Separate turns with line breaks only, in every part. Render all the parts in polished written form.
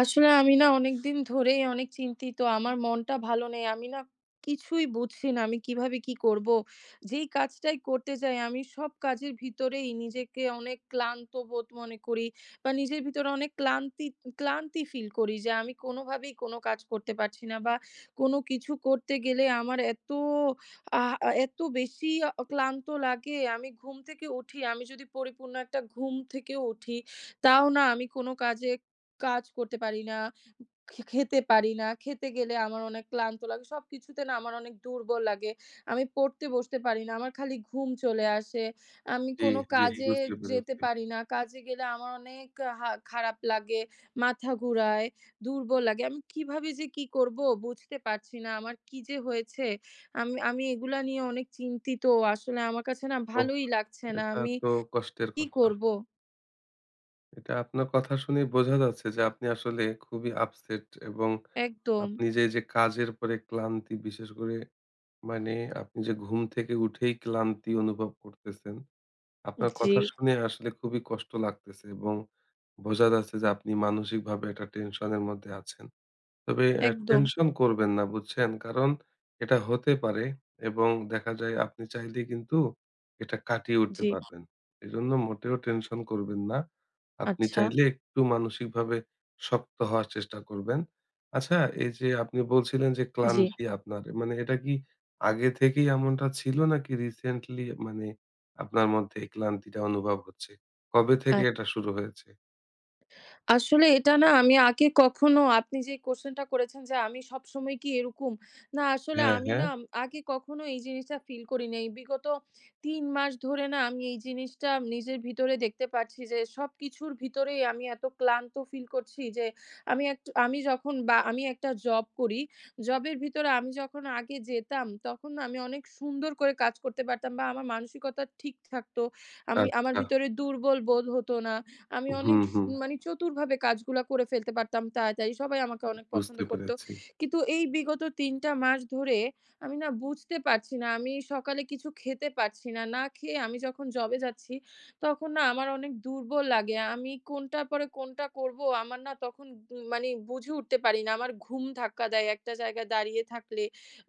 আসলে আমি না অনেকদিন ধরেই অনেক চিন্তিত। আমার মনটা ভালো নেই। আমি না কিছুই বুঝছি না, আমি কিভাবে কি করব? যেই কাজটাই করতে যাই আমি সব কাজের ভিতরেই নিজেকে অনেক ক্লান্ত বোধ মনে করি বা নিজের ভিতরে অনেক ক্লান্তি ক্লান্তি ফিল করি যে আমি কোনোভাবেই কোনো কাজ করতে পারছি না বা কোনো কিছু করতে গেলে আমার এত আহ এত বেশি ক্লান্ত লাগে। আমি ঘুম থেকে উঠি, আমি যদি পরিপূর্ণ একটা ঘুম থেকেও উঠি, তাও না আমি কোনো কাজে কাজ করতে পারি না, খেতে পারি না। খেতে গেলে আমার অনেক ক্লান্ত লাগে। সবকিছুতে না আমার অনেক দুর্বল লাগে। আমি পড়তে বসতে পারি না। আমার খালি ঘুম চলে আসে। আমি
জি,
কোনো জি,
জি,
কাজে জি।
বুঝতে
যেতে
পেরেছি।
পারি না। কাজে গেলে আমার অনেক খারাপ লাগে, মাথা ঘুরায়, দুর্বল লাগে। আমি কিভাবে যে কি করব বুঝতে পারছি না। আমার কি যে হয়েছে? আমি আমি এগুলা নিয়ে অনেক চিন্তিত। আসলে আমার কাছে না
ওহ!
ভালোই লাগছে না।
এটা
আমি
তো কষ্টের
কি
কথা।
করব?
এটা আপনার কথা শুনেই বোঝা যাচ্ছে যে আপনি আসলে খুবই আপসেট এবং
একদম।
আপনি যে কাজের পরে ক্লান্তি বিশেষ করে মানে আপনি যে ঘুম থেকে উঠেই ক্লান্তি অনুভব করতেছেন। আপনার
জি,
কথা শুনে আসলে খুবই কষ্ট লাগতেছে এবং বোঝা যাচ্ছে যে আপনি মানসিকভাবে একটা টেনশনের মধ্যে আছেন। তবে
একদম।
টেনশন করবেন না বুঝছেন? কারণ এটা হতে পারে এবং দেখা যায় আপনি চাইলে কিন্তু এটা কাটিয়ে উঠতে
জি,
পারবেন। এজন্য মোটেও টেনশন করবেন না। আপনি
আচ্ছা।
চাইলে একটু মানসিকভাবে শক্ত হওয়ার চেষ্টা করবেন। আচ্ছা এই যে আপনি বলছিলেন যে
জি।
ক্লান্তি আপনার মানে এটা কি আগে থেকেই এমনটা ছিল নাকি রিসেন্টলি মানে আপনার মধ্যে এই ক্লান্তিটা অনুভব হচ্ছে? কবে থেকে
আর
এটা শুরু হয়েছে?
আসলে এটা না, আমি আগে কখনো আপনি যে কোয়েশ্চেনটা করেছেন যে আমি সবসময় কি এরকম? না আসলে
হ্যাঁ,
আমি
হ্যাঁ।
না আগে কখনো এই জিনিসটা ফিল করি নাই। বিগত ৩ মাস ধরে না আমি এই জিনিসটা নিজের ভিতরে দেখতে পাচ্ছি যে সবকিছুর ভিতরেই আমি এত ক্লান্ত ফিল করছি যে আমি এক আমি যখন বা আমি একটা জব করি, জবের ভিতরে আমি যখন আগে যেতাম তখন না আমি অনেক সুন্দর করে কাজ করতে পারতাম বা আমার মানসিকতা ঠিক থাকতো। আমি আমার
আচ্ছা।
ভিতরে দুর্বল বোধ হতো না। আমি অনেক
হুম, হুম।
মানে চতুরভাবে কাজগুলা করে ফেলতে পারতাম তাড়াতাড়ি। সবাই আমাকে অনেক পছন্দ
বুঝতে
করত।
পেরেছি।
কিন্তু এই বিগত ৩ টা মাস ধরে আমি না বুঝতে পারছি না, আমি সকালে কিছু খেতে পারছি না। না খেয়ে আমি যখন জবে যাচ্ছি, তখন না আমার অনেক দুর্বল লাগে। আমি কোনটার পরে কোনটা করব, আমার না তখন মানে বুঝে উঠতে পারি না। আমার ঘুম ধাক্কা দেয় একটা জায়গায় দাঁড়িয়ে থাকলে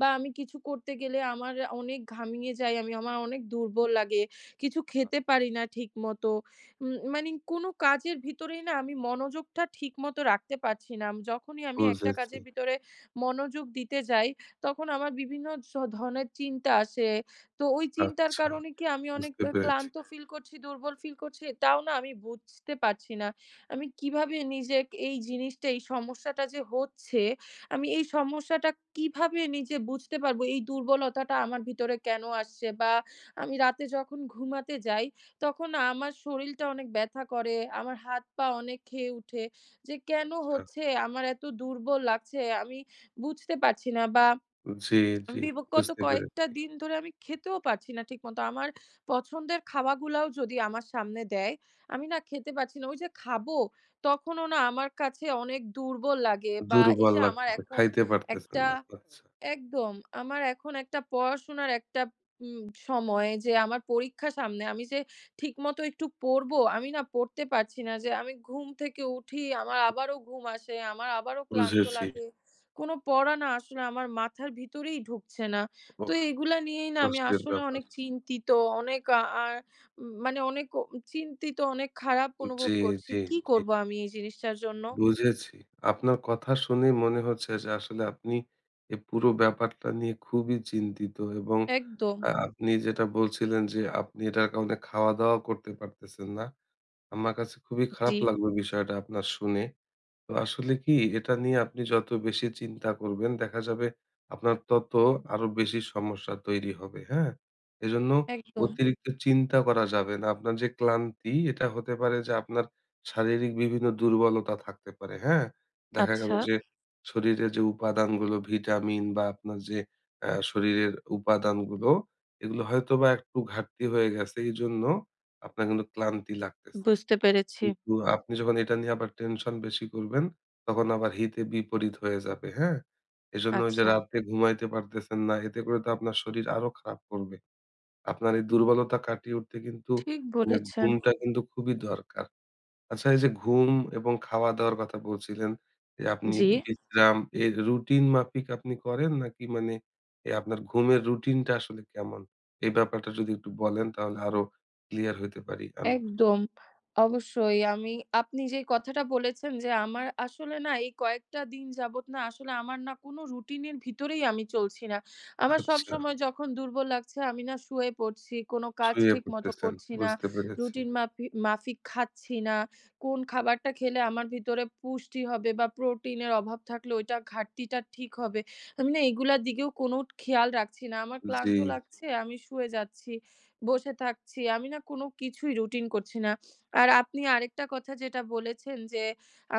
বা আমি কিছু করতে গেলে আমার অনেক ঘামিয়ে যাই আমি। আমার অনেক দুর্বল লাগে। কিছু খেতে পারি না ঠিকমতো। মানে কোনো কাজের ভিতরেই না আমি মনোযোগটা ঠিকমতো রাখতে পারছি না। যখনই আমি একটা
বুঝেছি।
কাজের ভিতরে মনোযোগ দিতে যাই, তখন আমার বিভিন্ন ধরনের চিন্তা আসে। তো ওই চিন্তার
আচ্ছা,
কারণে কি আমি অনেক
বুঝতে পেরেছি।
ক্লান্ত ফিল করছি, দুর্বল ফিল করছি, তাও না আমি বুঝতে পারছি না। আমি কিভাবে এই জিনিসটা, এই সমস্যাটা যে হচ্ছে, আমি এই সমস্যাটা কিভাবে নিজে বুঝতে পারবো? এই দুর্বলতাটা আমার ভিতরে কেন আসছে? বা আমি রাতে যখন ঘুমাতে যাই তখন না আমার শরীলটা অনেক ব্যথা করে। আমার হাত-পা অনেক খেয়ে উঠে যে কেন
আচ্ছা।
হচ্ছে? আমার এত দুর্বল লাগছে, আমি বুঝতে পারছি না বা
জি, জি,
বিগত
বুঝতে
কয়েকটা
পেরেছি।
দিন ধরে আমি খেতেও পারছি না ঠিকমত। আমার পছন্দের খাওয়াগুলাও যদি আমার সামনে দেয়, আমি না খেতে পারছি না। ওই যে খাবো তখনও না আমার কাছে অনেক দুর্বল লাগে বা এই
দুর্বল
যে আমার
লাগতেছে,
এখন
খাইতে পারতেছেন
একটা
না। আচ্ছা,
একদম। আমার এখন একটা পড়াশোনার একটা উম সময় যে আমার পরীক্ষা সামনে। আমি যে ঠিকমতো একটু পড়বো, আমি না পড়তে পারছি না। যে আমি ঘুম থেকে উঠি, আমার আবারও ঘুম আসে, আমার আবারও ক্লান্ত
বুঝেছি।
লাগে। কোনো পড়া না আসলে আমার মাথার ভিতরেই ঢুকছে না।
ওহ!
তো এগুলা নিয়েই না আমি
কষ্টের
আসলে
ব্যাপার।
অনেক চিন্তিত, অনেক আ আ উম মানে অনেক চিন্তিত, অনেক খারাপ
জি,
অনুভব করছি।
জি,
কি
জি,
করবো আমি এই জিনিসটার জন্য?
বুঝেছি। আপনার কথা শুনেই মনে হচ্ছে যে আসলে আপনি এই পুরো ব্যাপারটা নিয়ে খুবই চিন্তিত এবং
একদম।
আপনি যেটা বলছিলেন যে আপনি এটার কারণে খাওয়া-দাওয়া করতে পারতেছেন না। আমার কাছে খুবই খারাপ
জি,
লাগলো বিষয়টা আপনার শুনে। তো আসলে কি এটা নিয়ে আপনি যত বেশি চিন্তা করবেন দেখা যাবে আপনার তত আরো বেশি সমস্যা তৈরি হবে। হ্যাঁ? এজন্য
একদম।
অতিরিক্ত চিন্তা করা যাবে না। আপনার যে ক্লান্তি এটা হতে পারে যে আপনার শারীরিক বিভিন্ন দুর্বলতা থাকতে পারে। হ্যাঁ? দেখা গেল
আচ্ছা,
যে শরীরে যে উপাদানগুলো ভিটামিন বা আপনার যে শরীরের উপাদানগুলো এগুলো হয়তোবা একটু ঘাটতি হয়ে গেছে। এজন্য আপনার কিন্তু ক্লান্তি লাগতেছে।
বুঝতে পেরেছি।
কিন্তু আপনি যখন এটা নিয়ে আবার টেনশন বেশি করবেন, তখন আবার হিতে বিপরীত হয়ে যাবে, হ্যাঁ? এজন্য ওই যে
আচ্ছা,
রাতে ঘুমাইতে পারতেছেন না, এতে করে তো আপনার শরীর আরো খারাপ করবে। আপনার এই দুর্বলতা কাটিয়ে উঠতে কিন্তু
ঠিক
মানে
বলেছেন।
ঘুমটা কিন্তু খুবই দরকার। আচ্ছা এই যে ঘুম এবং খাওয়া-দাওয়ার কথা বলছিলেন, যে আপনি
জি।
বিশ্রাম এর রুটিন মাফিক আপনি করেন নাকি মানে আপনার ঘুমের রুটিনটা আসলে কেমন? এই ব্যাপারটা যদি একটু বলেন তাহলে আরো ক্লিয়ার হইতে পারি আমি।
একদম। অবশ্যই আমি আপনি যে কথাটা বলেছেন যে আমার আসলে না এই কয়েকটা দিন যাবৎ না আসলে আমার না কোনো রুটিনের ভিতরেই আমি চলছি না। আমার
আচ্ছা।
সবসময় যখন দুর্বল লাগছে আমি না শুয়ে পড়ছি, কোনো কাজ
শুয়ে
ঠিকমতো
পড়তেছেন।
করছি না,
বুঝতে পেরেছি।
রুটিন মাফি মাফিক খাচ্ছি না। কোন খাবারটা খেলে আমার ভিতরে পুষ্টি হবে বা প্রোটিনের অভাব থাকলে ওইটা ঘাটতিটা ঠিক হবে। আমি না এগুলার দিকেও কোনো খেয়াল রাখছি না। আমার
জি,
ক্লান্ত লাগছে, আমি শুয়ে যাচ্ছি। বসে থাকছি। আমি না কোনো কিছুই রুটিন করছি না। আর আপনি আরেকটা কথা যেটা বলেছেন যে,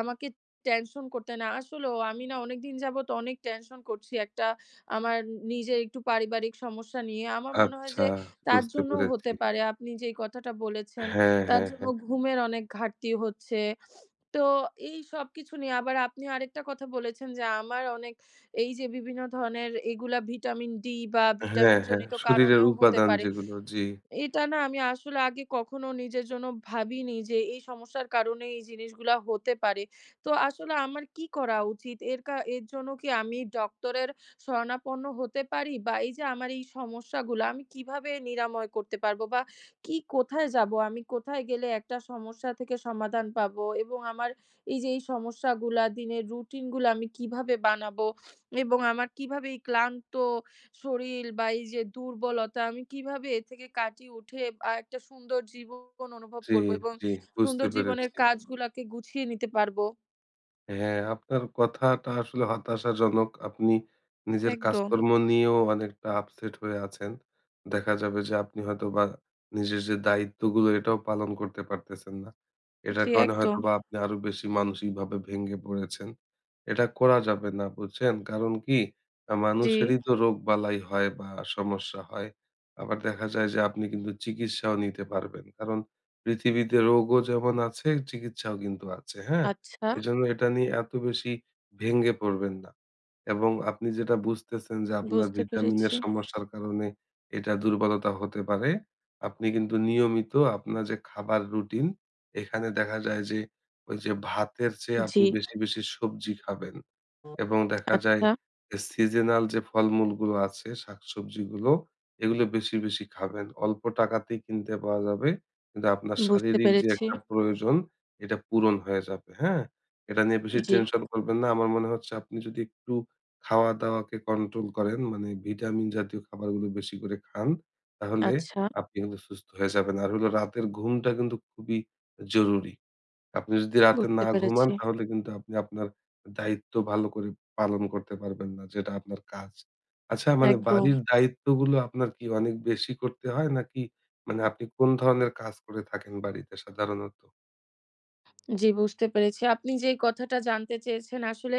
আমাকে টেনশন করতে না। আসলেও আমি না অনেকদিন যাবত অনেক টেনশন করছি একটা আমার নিজের একটু পারিবারিক সমস্যা নিয়ে। আমার মনে হয়
আচ্ছা
যে তার
বুঝতে
জন্যও
পেরেছি।
হতে পারে। আপনি যেই কথাটা বলেছেন,
হ্যাঁ,
তার
হ্যাঁ,
জন্য
হ্যাঁ।
ঘুমের অনেক ঘাটতি হচ্ছে। তো এই সবকিছু নিয়ে আবার আপনি আরেকটা কথা বলেছেন যে, আমার অনেক এই যে বিভিন্ন ধরনের এগুলা ভিটামিন ডি বা
হ্যাঁ,
ভিটামিন
হ্যাঁ।
জনিত
শরীরের
কারণেও হতে
উপাদান
পারে।
যেগুলো। জি,
এটা না আমি আসলে আগে কখনো নিজের জন্য ভাবিনি যে এই সমস্যার কারণে এই জিনিসগুলা হতে পারে। তো আসলে আমার কি করা উচিত? এর জন্য কি আমি ডক্টরের শরণাপন্ন হতে পারি? বা এই যে আমার এই সমস্যাগুলা আমি কিভাবে নিরাময় করতে পারবো? বা কি, কোথায় যাবো? আমি কোথায় গেলে একটা সমস্যা থেকে সমাধান পাবো? এবং আমার এই যে এই সমস্যাগুলা দিনের রুটিনগুলা আমি কিভাবে বানাবো? এবং আমার কিভাবে এই ক্লান্ত শরীর বা এই যে দুর্বলতা আমি কিভাবে এ থেকে কাটিয়ে উঠে একটা সুন্দর জীবন অনুভব
জি,
করব এবং
জি বুঝতে
সুন্দর জীবনের
পেরেছি।
কাজগুলাকে গুছিয়ে নিতে পারবো।
হ্যাঁ, আপনার কথাটা আসলে হতাশাজনক। আপনি নিজের
একদম।
কাজকর্ম নিয়েও অনেকটা আপসেট হয়ে আছেন। দেখা যাবে যে আপনি হয়তোবা নিজের যে দায়িত্বগুলো এটাও পালন করতে পারতেছেন না। এটার
জি,
কারণে
একদম।
হয়তোবা আপনি আরো বেশি মানসিকভাবে ভেঙে পড়েছেন। এটা করা যাবে না, বুঝছেন? কারণ কি
জি,
মানুষেরই তো রোগবালাই হয় বা সমস্যা হয়। আবার দেখা যায় যে আপনি কিন্তু চিকিৎসাও নিতে পারবেন। কারণ পৃথিবীতে রোগও যেমন আছে, চিকিৎসাও কিন্তু আছে, হ্যাঁ?
আচ্ছা,
এজন্য এটা নিয়ে এত বেশি ভেঙে পড়বেন না। এবং আপনি যেটা বুঝতেছেন যে আপনার
বুঝতে
ভিটামিনের
পেরেছি।
সমস্যার কারণে এটা দুর্বলতা হতে পারে। আপনি কিন্তু নিয়মিত আপনার যে খাবার রুটিন এখানে দেখা যায় যে ওই যে ভাতের চেয়ে আপনি
জি,
বেশি, বেশি সবজি খাবেন। এবং দেখা যায়
আচ্ছা,
যে সিজনাল যে ফলমূলগুলো আছে, শাকসবজিগুলো এগুলো বেশি, বেশি খাবেন। অল্প টাকাতেই কিনতে পাওয়া যাবে। কিন্তু আপনার
বুঝতে
শারীরিক যে
পেরেছি।
একটা প্রয়োজন এটা পূরণ হয়ে যাবে, হ্যাঁ? এটা নিয়ে বেশি
জি,
টেনশন করবেন না। আমার মনে হচ্ছে আপনি যদি একটু খাওয়া-দাওয়াকে কন্ট্রোল করেন, মানে ভিটামিন জাতীয় খাবারগুলো বেশি করে খান, তাহলে
আচ্ছা,
আপনি কিন্তু সুস্থ হয়ে যাবেন। আর হলো রাতের ঘুমটা কিন্তু খুবই জরুরি। আপনি যদি রাতে
বুঝতে
না ঘুমান
পেরেছি।
তাহলে কিন্তু আপনি আপনার দায়িত্ব ভালো করে পালন করতে পারবেন না, যেটা আপনার কাজ। আচ্ছা মানে
একদম।
বাড়ির দায়িত্বগুলো আপনার কি অনেক বেশি করতে হয় নাকি মানে আপনি কোন ধরনের কাজ করে থাকেন বাড়িতে সাধারণত?
জি, বুঝতে পেরেছি। আপনি যেই কথাটা জানতে চেয়েছেন আসলে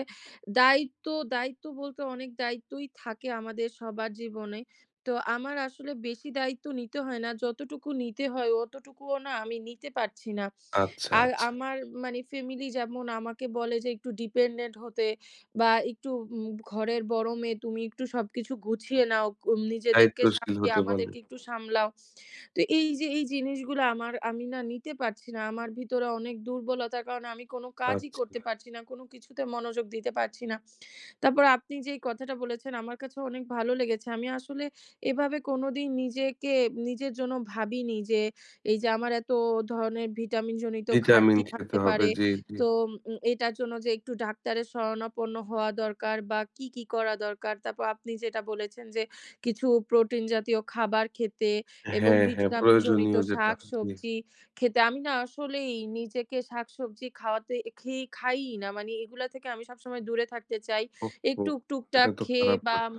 দায়িত্ব, দায়িত্ব বলতে অনেক দায়িত্বই থাকে আমাদের সবার জীবনে। তো আমার আসলে বেশি দায়িত্ব নিতে হয় না। যতটুকু নিতে হয় অতটুকুও না আমি নিতে পারছি না।
আচ্ছা,
আর
আচ্ছা।
আমার মানে ফ্যামিলি যেমন আমাকে বলে যে একটু ডিপেন্ডেন্ট হতে বা একটু উম ঘরের বড় মেয়ে তুমি একটু সবকিছু
হুম,
গুছিয়ে নাও, নিজেদেরকে
দায়িত্বশীল
সামলিয়ে
হতে বলে।
আমাদেরকে একটু সামলাও। তো এই যে এই জিনিসগুলো আমার আমি না নিতে পারছি না। আমার ভিতরে অনেক দুর্বলতার কারণে আমি কোনো কাজই
আচ্ছা।
করতে পারছি না। কোনো কিছুতে মনোযোগ দিতে পারছি না। তারপর আপনি যেই কথাটা বলেছেন আমার কাছে অনেক ভালো লেগেছে। আমি আসলে এভাবে কোনোদিন নিজেকে নিজের জন্য ভাবিনি যে এই যে আমার এত ধরনের ভিটামিন জনিত
ভিটামিন
ঘাটতি
খেতে
থাকতে
হবে।
পারে।
জি, জি।
তো এটার জন্য যে একটু ডাক্তারের শরণাপন্ন হওয়া দরকার বা কি, কি করা দরকার? তারপর আপনি যেটা বলেছেন যে কিছু প্রোটিন জাতীয় খাবার খেতে এবং
হ্যাঁ, হ্যাঁ,
ভিটামিন জনিত
প্রয়োজনীয় যেটা। জি।
শাকসবজি খেতে। আমি না আসলেই নিজেকে শাকসবজি খাওয়াতে খাইই না। মানে এগুলা থেকে আমি সবসময় দূরে থাকতে চাই।
ওহহো!
একটু
এটা
টুকটাক
তো
খেয়ে
খারাপ
বা
কথা।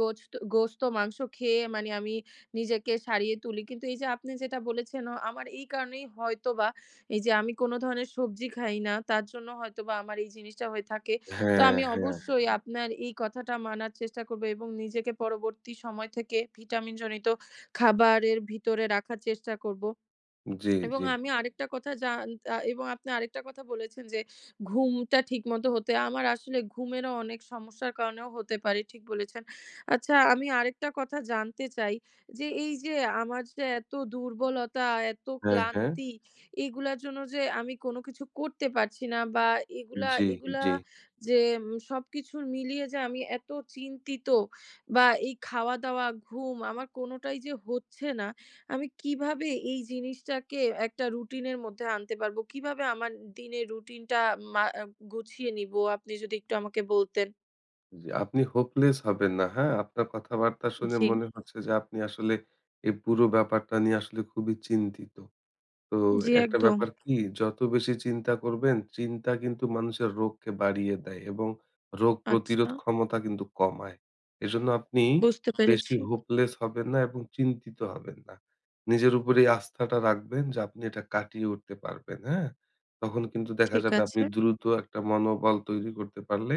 গোস্ত গোস্ত, মাংস খেয়ে মানে আমি নিজেকে সারিয়ে তুলি। কিন্তু এই যে আপনি যেটা বলেছেন আমার এই কারণেই হয়তোবা এই যে আমি কোনো ধরনের সবজি খাই না, তার জন্য হয়তোবা আমার এই জিনিসটা হয়ে থাকে। তো
হ্যাঁ,
আমি হুম।
হ্যাঁ।
অবশ্যই আপনার এই কথাটা মানার চেষ্টা করব এবং নিজেকে পরবর্তী সময় থেকে ভিটামিনজনিত খাবারের ভিতরে রাখার চেষ্টা করব।
জি,
এবং
জি।
আমি আরেকটা কথা জান এবং আপনি আরেকটা কথা বলেছেন যে, ঘুমটা ঠিকমতো হতে আমার আসলে ঘুমেরও অনেক সমস্যার কারণেও হতে পারে। ঠিক বলেছেন। আচ্ছা আমি আরেকটা কথা জানতে চাই যে, এই যে আমার যে এত দুর্বলতা, এত
হ্যাঁ, হ্যাঁ।
ক্লান্তি এগুলার জন্য যে আমি কোনো কিছু করতে পারছি না বা এগুলা
জি,
এগুলা
জি।
যে সবকিছু মিলিয়ে যে আমি এত চিন্তিত বা এই খাওয়া-দাওয়া, ঘুম আমার কোনোটাই যে হচ্ছে না, আমি কিভাবে এই জিনিসটাকে একটা রুটিনের মধ্যে আনতে পারবো? কিভাবে আমার দিনের রুটিনটা মা আ গুছিয়ে নিবো? আপনি যদি একটু আমাকে বলতেন।
জি, আপনি হোপলেস হবেন না, হ্যাঁ? আপনার কথাবার্তা শুনে
জি,
মনে হচ্ছে যে আপনি আসলে এই পুরো ব্যাপারটা নিয়ে আসলে খুবই চিন্তিত। তো
জি
একটা
একদম।
ব্যাপার কি যত বেশি চিন্তা করবেন চিন্তা কিন্তু মানুষের রোগকে বাড়িয়ে দেয় এবং রোগ প্রতিরোধ
আচ্ছা,
ক্ষমতা কিন্তু কমায় এজন্য আপনি
বুঝতে
বেশি
পেরেছি।
হোপলেস হবেন না এবং চিন্তিত হবেন না নিজের উপরে আস্থাটা রাখবেন যে আপনি এটা কাটিয়ে উঠতে পারবেন হ্যাঁ তখন কিন্তু দেখা
ঠিক
যাবে আপনি
আছে।
দ্রুত একটা মনোবল তৈরি করতে পারলে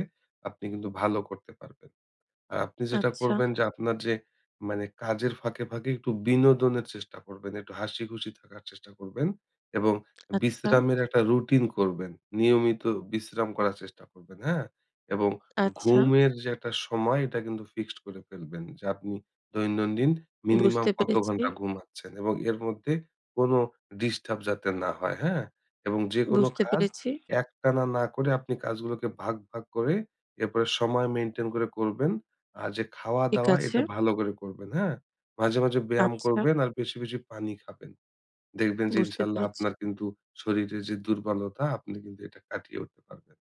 আপনি কিন্তু ভালো করতে পারবেন আর আপনি যেটা
আচ্ছা,
করবেন যে আপনার যে মানে কাজের ফাঁকে, ফাঁকে একটু বিনোদনের চেষ্টা করবেন। একটু হাসিখুশি থাকার চেষ্টা করবেন এবং
আচ্ছা,
বিশ্রামের একটা রুটিন করবেন। নিয়মিত বিশ্রাম করার চেষ্টা করবেন, হ্যাঁ? এবং
আচ্ছা।
ঘুমের যে একটা সময় এটা কিন্তু ফিক্সড করে ফেলবেন যে আপনি দৈনন্দিন মিনিমাম
বুঝতে
কত
পেরেছি,
ঘন্টা ঘুমাচ্ছেন এবং এর মধ্যে কোনো ডিস্টার্ব যাতে না হয়, হ্যাঁ? এবং যেকোনো
বুঝতে
কাজ
পেরেছি।
একটানা না করে আপনি কাজগুলোকে ভাগ, ভাগ করে এরপরে সময় মেইনটেইন করে করবেন। আর যে
ঠিক
খাওয়া-দাওয়া
আছে।
এটা ভালো করে করবেন, হ্যাঁ? মাঝে, মাঝে ব্যায়াম
আচ্ছা,
করবেন আর বেশি, বেশি পানি খাবেন। দেখবেন যে
বুঝতে
ইনশাআল্লাহ
পেরেছি।
আপনার কিন্তু শরীরে যে দুর্বলতা আপনি কিন্তু এটা কাটিয়ে উঠতে পারবেন।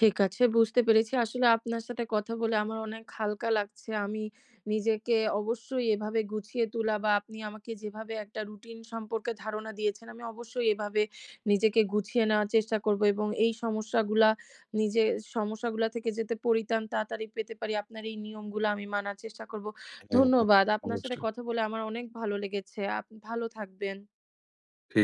ঠিক আছে, বুঝতে পেরেছি। আসলে আপনার সাথে কথা বলে আমার অনেক হালকা লাগছে। আমি নিজেকে অবশ্যই এভাবে গুছিয়ে তোলা বা আপনি আমাকে যেভাবে একটা রুটিন সম্পর্কে ধারণা দিয়েছেন, আমি অবশ্যই এভাবে নিজেকে গুছিয়ে নেওয়ার চেষ্টা করব এবং এই সমস্যাগুলা নিজে সমস্যাগুলা থেকে যাতে পরিত্রাণ তাড়াতাড়ি পেতে পারি, আপনার এই নিয়মগুলা আমি মানার চেষ্টা করব।
হ্যাঁ, হ্যাঁ।
ধন্যবাদ। আপনার সাথে
অবশ্যই।
কথা বলে আমার অনেক ভালো লেগেছে। ভালো থাকবেন।
ঠিক।